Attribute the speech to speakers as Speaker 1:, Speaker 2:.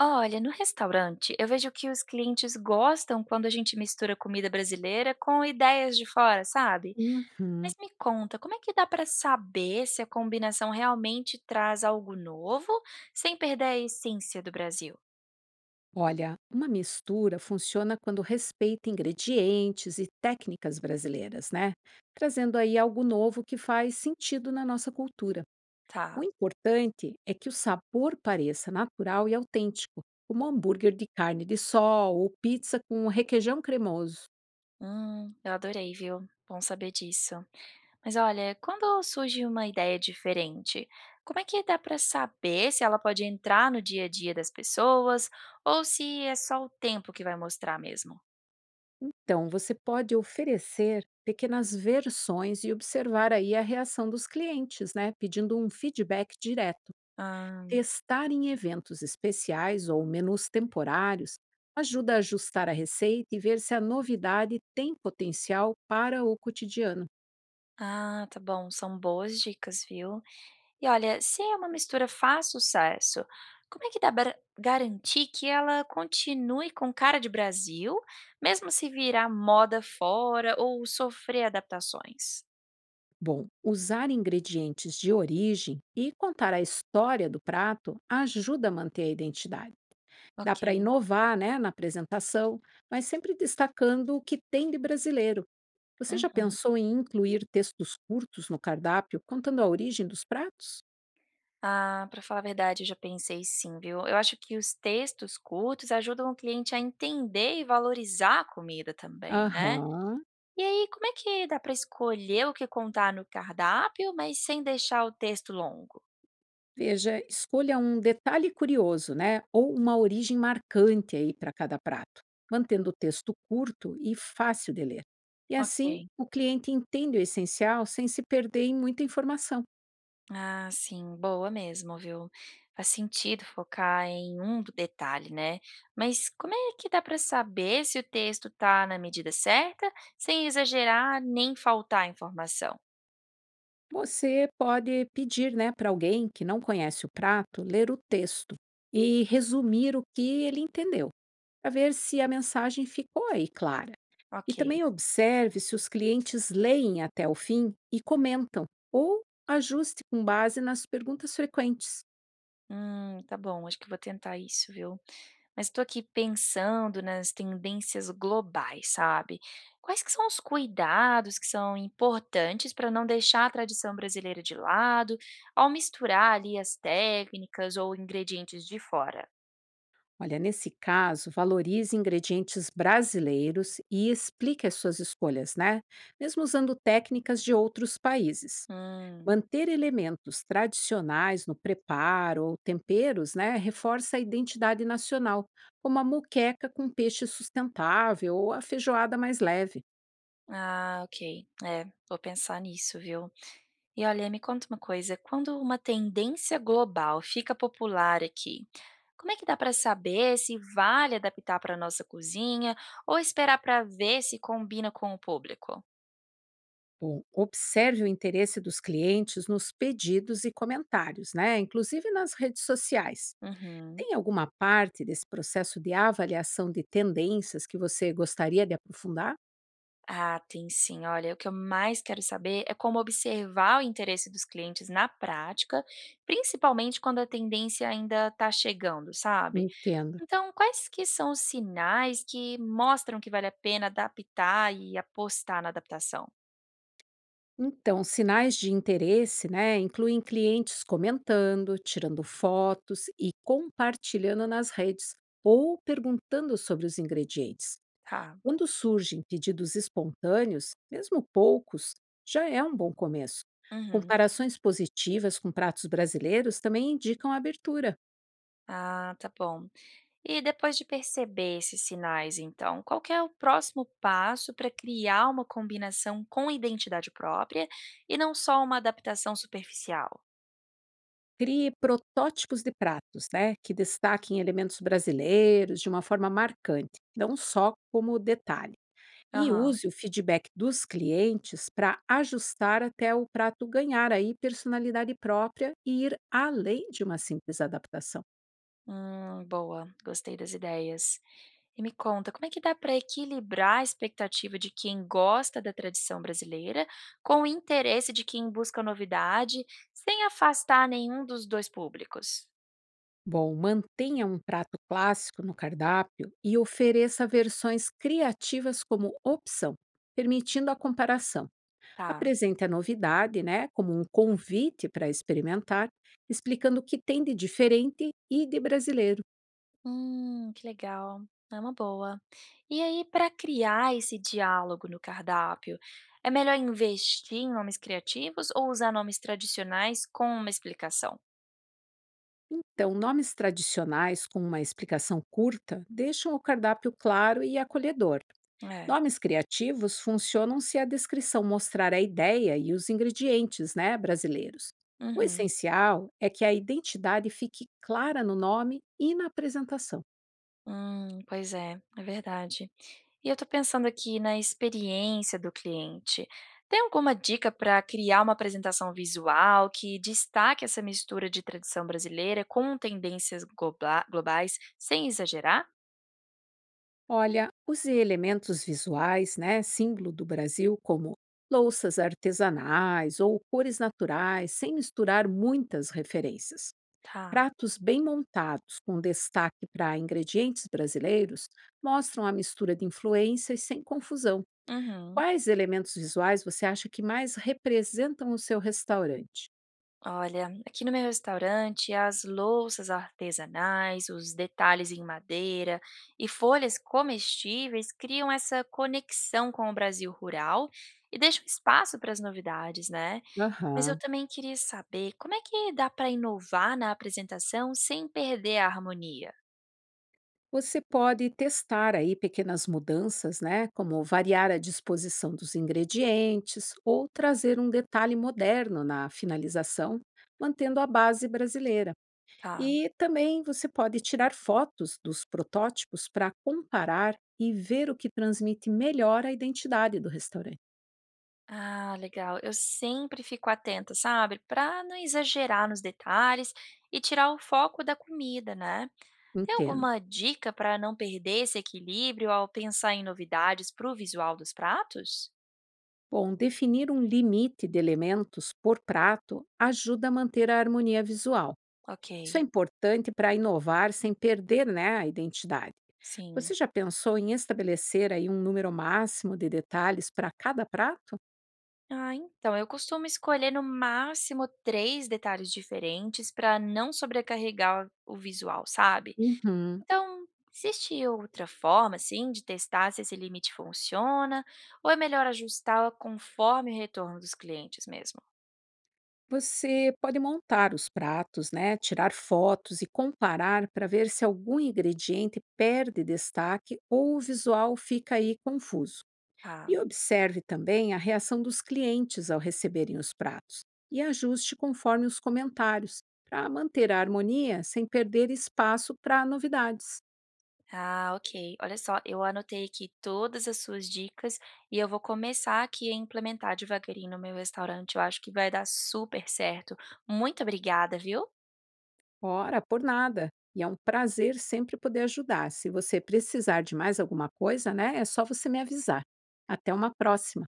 Speaker 1: Olha, no restaurante, eu vejo que os clientes gostam quando a gente mistura comida brasileira com ideias de fora, sabe?
Speaker 2: Uhum.
Speaker 1: Mas me conta, como é que dá para saber se a combinação realmente traz algo novo, sem perder a essência do Brasil?
Speaker 2: Olha, uma mistura funciona quando respeita ingredientes e técnicas brasileiras, né? Trazendo aí algo novo que faz sentido na nossa cultura. O
Speaker 1: Tá.
Speaker 2: importante é que o sabor pareça natural e autêntico, como um hambúrguer de carne de sol ou pizza com requeijão cremoso.
Speaker 1: Eu adorei, viu? Bom saber disso. Mas olha, quando surge uma ideia diferente, como é que dá para saber se ela pode entrar no dia a dia das pessoas ou se é só o tempo que vai mostrar mesmo?
Speaker 2: Então, você pode oferecer pequenas versões e observar aí a reação dos clientes, né? Pedindo um feedback direto.
Speaker 1: Ah.
Speaker 2: Testar em eventos especiais ou menus temporários ajuda a ajustar a receita e ver se a novidade tem potencial para o cotidiano.
Speaker 1: Ah, tá bom, são boas dicas, viu. E olha, se é uma mistura faz sucesso, como é que dá para garantir que ela continue com cara de Brasil, mesmo se virar moda fora ou sofrer adaptações?
Speaker 2: Bom, usar ingredientes de origem e contar a história do prato ajuda a manter a identidade. Dá para
Speaker 1: Ok.
Speaker 2: inovar né, na apresentação, mas sempre destacando o que tem de brasileiro. Você já
Speaker 1: Uhum.
Speaker 2: pensou em incluir textos curtos no cardápio contando a origem dos pratos?
Speaker 1: Ah, para falar a verdade, eu já pensei sim, viu. Eu acho que os textos curtos ajudam o cliente a entender e valorizar a comida também, né.
Speaker 2: Aham.
Speaker 1: E aí, como é que dá para escolher o que contar no cardápio, mas sem deixar o texto longo?
Speaker 2: Veja, escolha um detalhe curioso, né? Ou uma origem marcante aí para cada prato, mantendo o texto curto e fácil de ler. E assim,
Speaker 1: Ok.
Speaker 2: o cliente entende o essencial sem se perder em muita informação.
Speaker 1: Ah, sim, boa mesmo, viu? Faz sentido focar em um do detalhe, né? Mas como é que dá para saber se o texto tá na medida certa, sem exagerar nem faltar informação?
Speaker 2: Você pode pedir, né, para alguém que não conhece o prato ler o texto e resumir o que ele entendeu, para ver se a mensagem ficou aí clara. E também
Speaker 1: Ok.
Speaker 2: observe se os clientes leem até o fim e comentam, ou ajuste com base nas perguntas frequentes.
Speaker 1: Tá bom, acho que eu vou tentar isso, viu. Mas estou aqui pensando nas tendências globais, sabe. Quais que são os cuidados que são importantes para não deixar a tradição brasileira de lado, ao misturar ali as técnicas ou ingredientes de fora?
Speaker 2: Olha, nesse caso, valorize ingredientes brasileiros e explique as suas escolhas, né? Mesmo usando técnicas de outros países.
Speaker 1: Hum.
Speaker 2: Manter elementos tradicionais no preparo ou temperos, né, reforça a identidade nacional, como a muqueca com peixe sustentável ou a feijoada mais leve.
Speaker 1: Ah, ok. É, vou pensar nisso, viu. E olha, me conta uma coisa, quando uma tendência global fica popular aqui, como é que dá para saber se vale adaptar para nossa cozinha ou esperar para ver se combina com o público?
Speaker 2: Bom, observe o interesse dos clientes nos pedidos e comentários, né? Inclusive nas redes sociais.
Speaker 1: Uhum.
Speaker 2: Tem alguma parte desse processo de avaliação de tendências que você gostaria de aprofundar?
Speaker 1: Ah, tem sim. Olha, o que eu mais quero saber é como observar o interesse dos clientes na prática, principalmente quando a tendência ainda está chegando, sabe?
Speaker 2: Entendo.
Speaker 1: Então, quais que são os sinais que mostram que vale a pena adaptar e apostar na adaptação?
Speaker 2: Então, sinais de interesse, né, incluem clientes comentando, tirando fotos e compartilhando nas redes ou perguntando sobre os ingredientes.
Speaker 1: Tá.
Speaker 2: Quando surgem pedidos espontâneos, mesmo poucos, já é um bom começo.
Speaker 1: Uhum.
Speaker 2: Comparações positivas com pratos brasileiros também indicam abertura.
Speaker 1: Ah, tá bom. E depois de perceber esses sinais, então, qual que é o próximo passo para criar uma combinação com identidade própria e não só uma adaptação superficial?
Speaker 2: Crie protótipos de pratos, né, que destaquem elementos brasileiros de uma forma marcante, não só como detalhe. E
Speaker 1: Aham.
Speaker 2: use o feedback dos clientes para ajustar até o prato ganhar aí personalidade própria e ir além de uma simples adaptação.
Speaker 1: Boa. Gostei das ideias. E me conta, como é que dá para equilibrar a expectativa de quem gosta da tradição brasileira com o interesse de quem busca novidade, sem afastar nenhum dos dois públicos?
Speaker 2: Bom, mantenha um prato clássico no cardápio e ofereça versões criativas como opção, permitindo a comparação.
Speaker 1: Tá.
Speaker 2: Apresente a novidade, né, como um convite para experimentar, explicando o que tem de diferente e de brasileiro.
Speaker 1: Que legal. É uma boa. E aí, para criar esse diálogo no cardápio, é melhor investir em nomes criativos ou usar nomes tradicionais com uma explicação?
Speaker 2: Então, nomes tradicionais com uma explicação curta deixam o cardápio claro e acolhedor.
Speaker 1: É.
Speaker 2: Nomes criativos funcionam se a descrição mostrar a ideia e os ingredientes né, brasileiros. O
Speaker 1: Uhum.
Speaker 2: essencial é que a identidade fique clara no nome e na apresentação.
Speaker 1: Pois é, é verdade. E eu tô pensando aqui na experiência do cliente. Tem alguma dica para criar uma apresentação visual que destaque essa mistura de tradição brasileira com tendências globais sem exagerar?
Speaker 2: Olha, use elementos visuais, né, símbolo do Brasil, como louças artesanais ou cores naturais, sem misturar muitas referências.
Speaker 1: Tá.
Speaker 2: Pratos bem montados, com destaque para ingredientes brasileiros, mostram a mistura de influências sem confusão.
Speaker 1: Uhum.
Speaker 2: Quais elementos visuais você acha que mais representam o seu restaurante?
Speaker 1: Olha, aqui no meu restaurante, as louças artesanais, os detalhes em madeira e folhas comestíveis criam essa conexão com o Brasil rural e deixam espaço para as novidades, né? Mas eu
Speaker 2: Aham.
Speaker 1: também queria saber como é que dá para inovar na apresentação sem perder a harmonia.
Speaker 2: Você pode testar aí pequenas mudanças, né, como variar a disposição dos ingredientes ou trazer um detalhe moderno na finalização, mantendo a base brasileira.
Speaker 1: Tá.
Speaker 2: E também você pode tirar fotos dos protótipos para comparar e ver o que transmite melhor a identidade do restaurante.
Speaker 1: Ah, legal. Eu sempre fico atenta, sabe? Para não exagerar nos detalhes e tirar o foco da comida, né? Tem
Speaker 2: Entendo.
Speaker 1: alguma dica para não perder esse equilíbrio ao pensar em novidades para o visual dos pratos?
Speaker 2: Bom, definir um limite de elementos por prato ajuda a manter a harmonia visual.
Speaker 1: Ok,
Speaker 2: Isso é importante para inovar sem perder né, a identidade.
Speaker 1: sim.
Speaker 2: Você já pensou em estabelecer aí um número máximo de detalhes para cada prato?
Speaker 1: Ah, então eu costumo escolher no máximo três detalhes diferentes para não sobrecarregar o visual, sabe?
Speaker 2: Uhum.
Speaker 1: Então, existe outra forma, assim, de testar se esse limite funciona ou é melhor ajustá-la conforme o retorno dos clientes mesmo?
Speaker 2: Você pode montar os pratos, né, tirar fotos e comparar para ver se algum ingrediente perde destaque ou o visual fica aí confuso.
Speaker 1: Tá.
Speaker 2: E observe também a reação dos clientes ao receberem os pratos e ajuste conforme os comentários, para manter a harmonia sem perder espaço para novidades.
Speaker 1: Ah, ok. Olha só, eu anotei aqui todas as suas dicas e eu vou começar aqui a implementar devagarinho no meu restaurante. Eu acho que vai dar super certo. Muito obrigada, viu?
Speaker 2: Ora, por nada! E é um prazer sempre poder ajudar. Se você precisar de mais alguma coisa, né, é só você me avisar. Até uma próxima!